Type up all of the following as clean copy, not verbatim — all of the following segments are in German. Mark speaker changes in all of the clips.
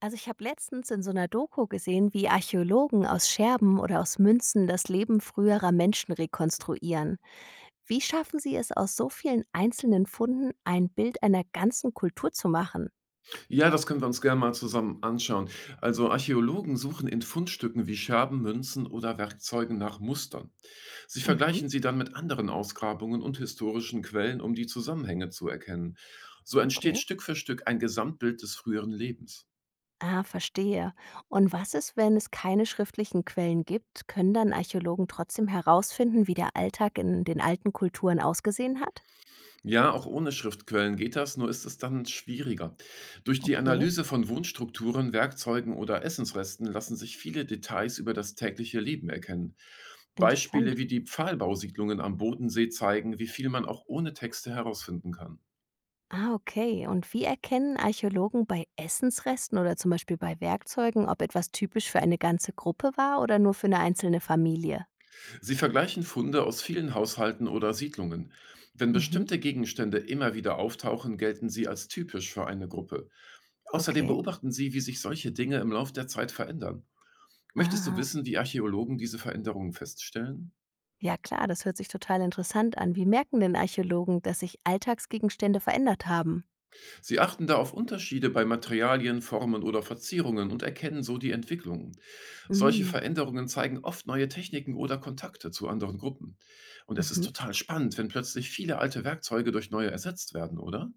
Speaker 1: Also ich habe letztens in so einer Doku gesehen, wie Archäologen aus Scherben oder aus Münzen das Leben früherer Menschen rekonstruieren. Wie schaffen sie es, aus so vielen einzelnen Funden ein Bild einer ganzen Kultur zu machen?
Speaker 2: Ja, das können wir uns gerne mal zusammen anschauen. Also Archäologen suchen in Fundstücken wie Scherben, Münzen oder Werkzeugen nach Mustern. Sie
Speaker 1: Mhm,
Speaker 2: vergleichen sie dann mit anderen Ausgrabungen und historischen Quellen, um die Zusammenhänge zu erkennen. So entsteht
Speaker 1: okay.
Speaker 2: Stück für Stück ein Gesamtbild des früheren Lebens.
Speaker 1: Ah, verstehe. Und was ist, wenn es keine schriftlichen Quellen gibt? Können dann Archäologen trotzdem herausfinden, wie der Alltag in den alten Kulturen ausgesehen hat?
Speaker 2: Ja, auch ohne Schriftquellen geht das, nur ist es dann schwieriger. Durch die
Speaker 1: Okay,
Speaker 2: Analyse von Wohnstrukturen, Werkzeugen oder Essensresten lassen sich viele Details über das tägliche Leben erkennen. Beispiele
Speaker 1: interessant.
Speaker 2: wie die Pfahlbausiedlungen am Bodensee zeigen, wie viel man auch ohne Texte herausfinden kann.
Speaker 1: Ah, okay. Und wie erkennen Archäologen bei Essensresten oder zum Beispiel bei Werkzeugen, ob etwas typisch für eine ganze Gruppe war oder nur für eine einzelne Familie?
Speaker 2: Sie vergleichen Funde aus vielen Haushalten oder Siedlungen. Wenn
Speaker 1: Mhm,
Speaker 2: bestimmte Gegenstände immer wieder auftauchen, gelten sie als typisch für eine Gruppe. Außerdem
Speaker 1: okay.
Speaker 2: beobachten sie, wie sich solche Dinge im Lauf der Zeit verändern. Möchtest du
Speaker 1: Aha.
Speaker 2: wissen, wie Archäologen diese Veränderungen feststellen?
Speaker 1: Ja klar, das hört sich total interessant an. Wie merken denn Archäologen, dass sich Alltagsgegenstände verändert haben?
Speaker 2: Sie achten da auf Unterschiede bei Materialien, Formen oder Verzierungen und erkennen so die Entwicklungen. Solche
Speaker 1: Mm.
Speaker 2: Veränderungen zeigen oft neue Techniken oder Kontakte zu anderen Gruppen. Und es ist
Speaker 1: Mhm.
Speaker 2: total spannend, wenn plötzlich viele alte Werkzeuge durch neue ersetzt werden, oder?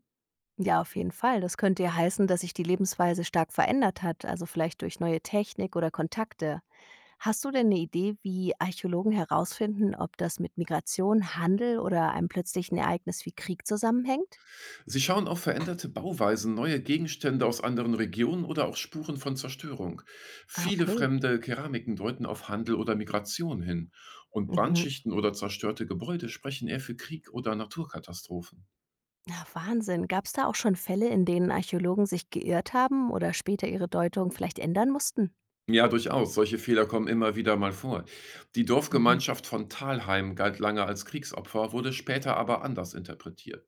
Speaker 1: Ja, auf jeden Fall. Das könnte ja heißen, dass sich die Lebensweise stark verändert hat, also vielleicht durch neue Technik oder Kontakte. Hast du denn eine Idee, wie Archäologen herausfinden, ob das mit Migration, Handel oder einem plötzlichen Ereignis wie Krieg zusammenhängt?
Speaker 2: Sie schauen auf veränderte Bauweisen, neue Gegenstände aus anderen Regionen oder auch Spuren von Zerstörung.
Speaker 1: Ah,
Speaker 2: Viele
Speaker 1: okay.
Speaker 2: fremde Keramiken deuten auf Handel oder Migration hin. Und
Speaker 1: Mhm.
Speaker 2: Brandschichten oder zerstörte Gebäude sprechen eher für Krieg oder Naturkatastrophen.
Speaker 1: Ja, Wahnsinn. Gab es da auch schon Fälle, in denen Archäologen sich geirrt haben oder später ihre Deutung vielleicht ändern mussten?
Speaker 2: Ja, durchaus. Solche Fehler kommen immer wieder mal vor. Die
Speaker 1: Mhm.
Speaker 2: Dorfgemeinschaft von Thalheim galt lange als Kriegsopfer, wurde später aber anders interpretiert.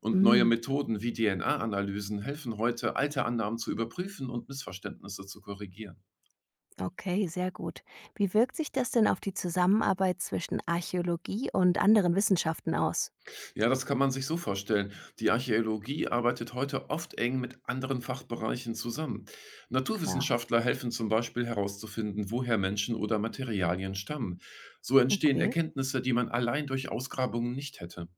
Speaker 2: Und neue
Speaker 1: Hm,
Speaker 2: Methoden wie DNA-Analysen helfen heute, alte Annahmen zu überprüfen und Missverständnisse zu korrigieren.
Speaker 1: okay, sehr gut. Wie wirkt sich das denn auf die Zusammenarbeit zwischen Archäologie und anderen Wissenschaften aus?
Speaker 2: Ja, das kann man sich so vorstellen. Die Archäologie arbeitet heute oft eng mit anderen Fachbereichen zusammen.
Speaker 1: Klar,
Speaker 2: Naturwissenschaftler helfen zum Beispiel herauszufinden, woher Menschen oder Materialien stammen. So entstehen
Speaker 1: okay.
Speaker 2: Erkenntnisse, die man allein durch Ausgrabungen nicht hätte.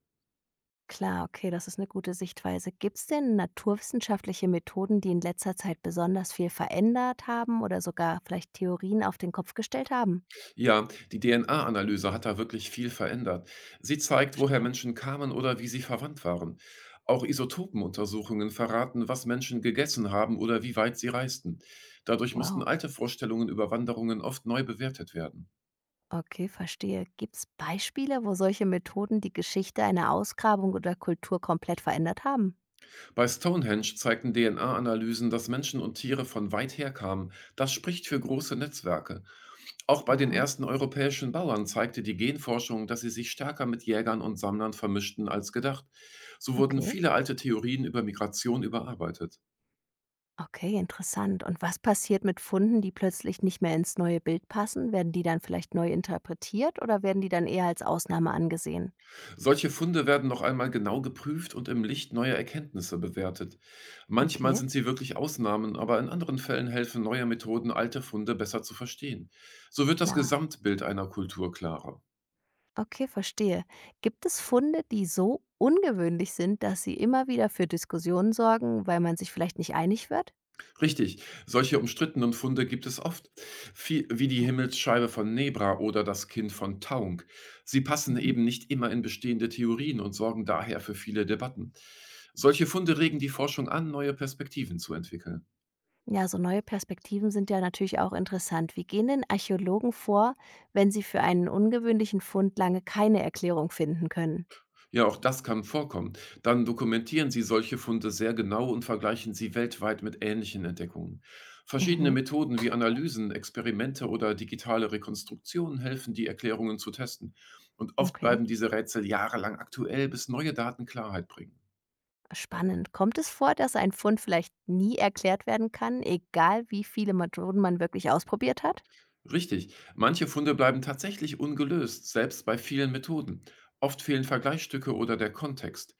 Speaker 1: Klar, okay, das ist eine gute Sichtweise. Gibt es denn naturwissenschaftliche Methoden, die in letzter Zeit besonders viel verändert haben oder sogar vielleicht Theorien auf den Kopf gestellt haben?
Speaker 2: Ja, die DNA-Analyse hat da wirklich viel verändert. Sie zeigt, woher
Speaker 1: Verstehe.
Speaker 2: Menschen kamen oder wie sie verwandt waren. Auch Isotopenuntersuchungen verraten, was Menschen gegessen haben oder wie weit sie reisten. Dadurch mussten
Speaker 1: Wow,
Speaker 2: alte Vorstellungen über Wanderungen oft neu bewertet werden.
Speaker 1: okay, verstehe. Gibt es Beispiele, wo solche Methoden die Geschichte einer Ausgrabung oder Kultur komplett verändert haben?
Speaker 2: Bei Stonehenge zeigten DNA-Analysen, dass Menschen und Tiere von weit her kamen. Das spricht für große Netzwerke. Auch bei den
Speaker 1: Aha,
Speaker 2: ersten europäischen Bauern zeigte die Genforschung, dass sie sich stärker mit Jägern und Sammlern vermischten als gedacht. So wurden
Speaker 1: okay.
Speaker 2: viele alte Theorien über Migration überarbeitet.
Speaker 1: Okay, interessant. Und was passiert mit Funden, die plötzlich nicht mehr ins neue Bild passen? Werden die dann vielleicht neu interpretiert oder werden die dann eher als Ausnahme angesehen?
Speaker 2: Solche Funde werden noch einmal genau geprüft und im Licht neuer Erkenntnisse bewertet. Manchmal
Speaker 1: Okay,
Speaker 2: sind sie wirklich Ausnahmen, aber in anderen Fällen helfen neue Methoden, alte Funde besser zu verstehen. So wird das
Speaker 1: klar.
Speaker 2: Gesamtbild einer Kultur klarer.
Speaker 1: Okay, verstehe. Gibt es Funde, die so ungewöhnlich sind, dass sie immer wieder für Diskussionen sorgen, weil man sich vielleicht nicht einig wird?
Speaker 2: Richtig, solche umstrittenen Funde gibt es oft, wie die Himmelsscheibe von Nebra oder das Kind von Taung. Sie passen
Speaker 1: Mhm.
Speaker 2: eben nicht immer in bestehende Theorien und sorgen daher für viele Debatten. Solche Funde regen die Forschung an, neue Perspektiven zu entwickeln.
Speaker 1: Ja, so neue Perspektiven sind ja natürlich auch interessant. Wie gehen denn Archäologen vor, wenn sie für einen ungewöhnlichen Fund lange keine Erklärung finden können?
Speaker 2: Ja, auch das kann vorkommen. Dann dokumentieren Sie solche Funde sehr genau und vergleichen sie weltweit mit ähnlichen Entdeckungen. Verschiedene
Speaker 1: Mhm.
Speaker 2: Methoden wie Analysen, Experimente oder digitale Rekonstruktionen helfen, die Erklärungen zu testen. Und oft
Speaker 1: Okay.
Speaker 2: bleiben diese Rätsel jahrelang aktuell, bis neue Daten Klarheit bringen.
Speaker 1: Spannend. Kommt es vor, dass ein Fund vielleicht nie erklärt werden kann, egal wie viele Methoden man wirklich ausprobiert hat?
Speaker 2: Richtig, manche Funde bleiben tatsächlich ungelöst, selbst bei vielen Methoden. Oft fehlen Vergleichsstücke oder der Kontext.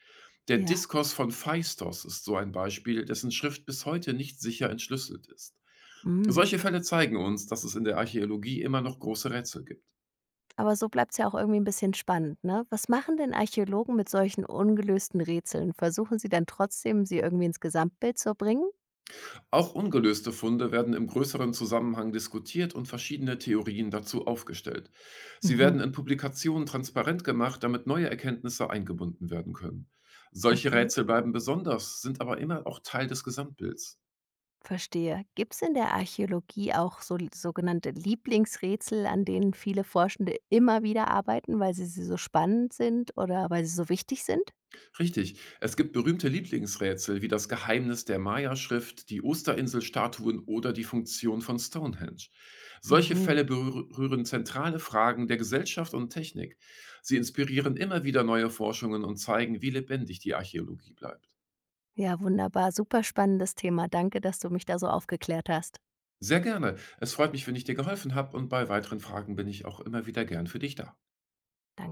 Speaker 2: Der
Speaker 1: Ja.
Speaker 2: Diskos von Phaistos ist so ein Beispiel, dessen Schrift bis heute nicht sicher entschlüsselt ist.
Speaker 1: Mm.
Speaker 2: Solche Fälle zeigen uns, dass es in der Archäologie immer noch große Rätsel gibt.
Speaker 1: Aber so bleibt's ja auch irgendwie ein bisschen spannend, ne? Was machen denn Archäologen mit solchen ungelösten Rätseln? Versuchen sie dann trotzdem, sie irgendwie ins Gesamtbild zu bringen?
Speaker 2: Auch ungelöste Funde werden im größeren Zusammenhang diskutiert und verschiedene Theorien dazu aufgestellt. Sie
Speaker 1: Mhm.
Speaker 2: werden in Publikationen transparent gemacht, damit neue Erkenntnisse eingebunden werden können. Solche
Speaker 1: Okay,
Speaker 2: Rätsel bleiben besonders, sind aber immer auch Teil des Gesamtbilds.
Speaker 1: verstehe. Gibt's in der Archäologie auch so sogenannte Lieblingsrätsel, an denen viele Forschende immer wieder arbeiten, weil sie sie so spannend sind oder weil sie so wichtig sind?
Speaker 2: Richtig. Es gibt berühmte Lieblingsrätsel wie das Geheimnis der Maya-Schrift, die Osterinselstatuen oder die Funktion von Stonehenge. Solche
Speaker 1: Mhm.
Speaker 2: Fälle berühren zentrale Fragen der Gesellschaft und Technik. Sie inspirieren immer wieder neue Forschungen und zeigen, wie lebendig die Archäologie bleibt.
Speaker 1: Ja, wunderbar. Super spannendes Thema. Danke, dass du mich da so aufgeklärt hast.
Speaker 2: Sehr gerne. Es freut mich, wenn ich dir geholfen habe und bei weiteren Fragen bin ich auch immer wieder gern für dich da.
Speaker 1: Danke.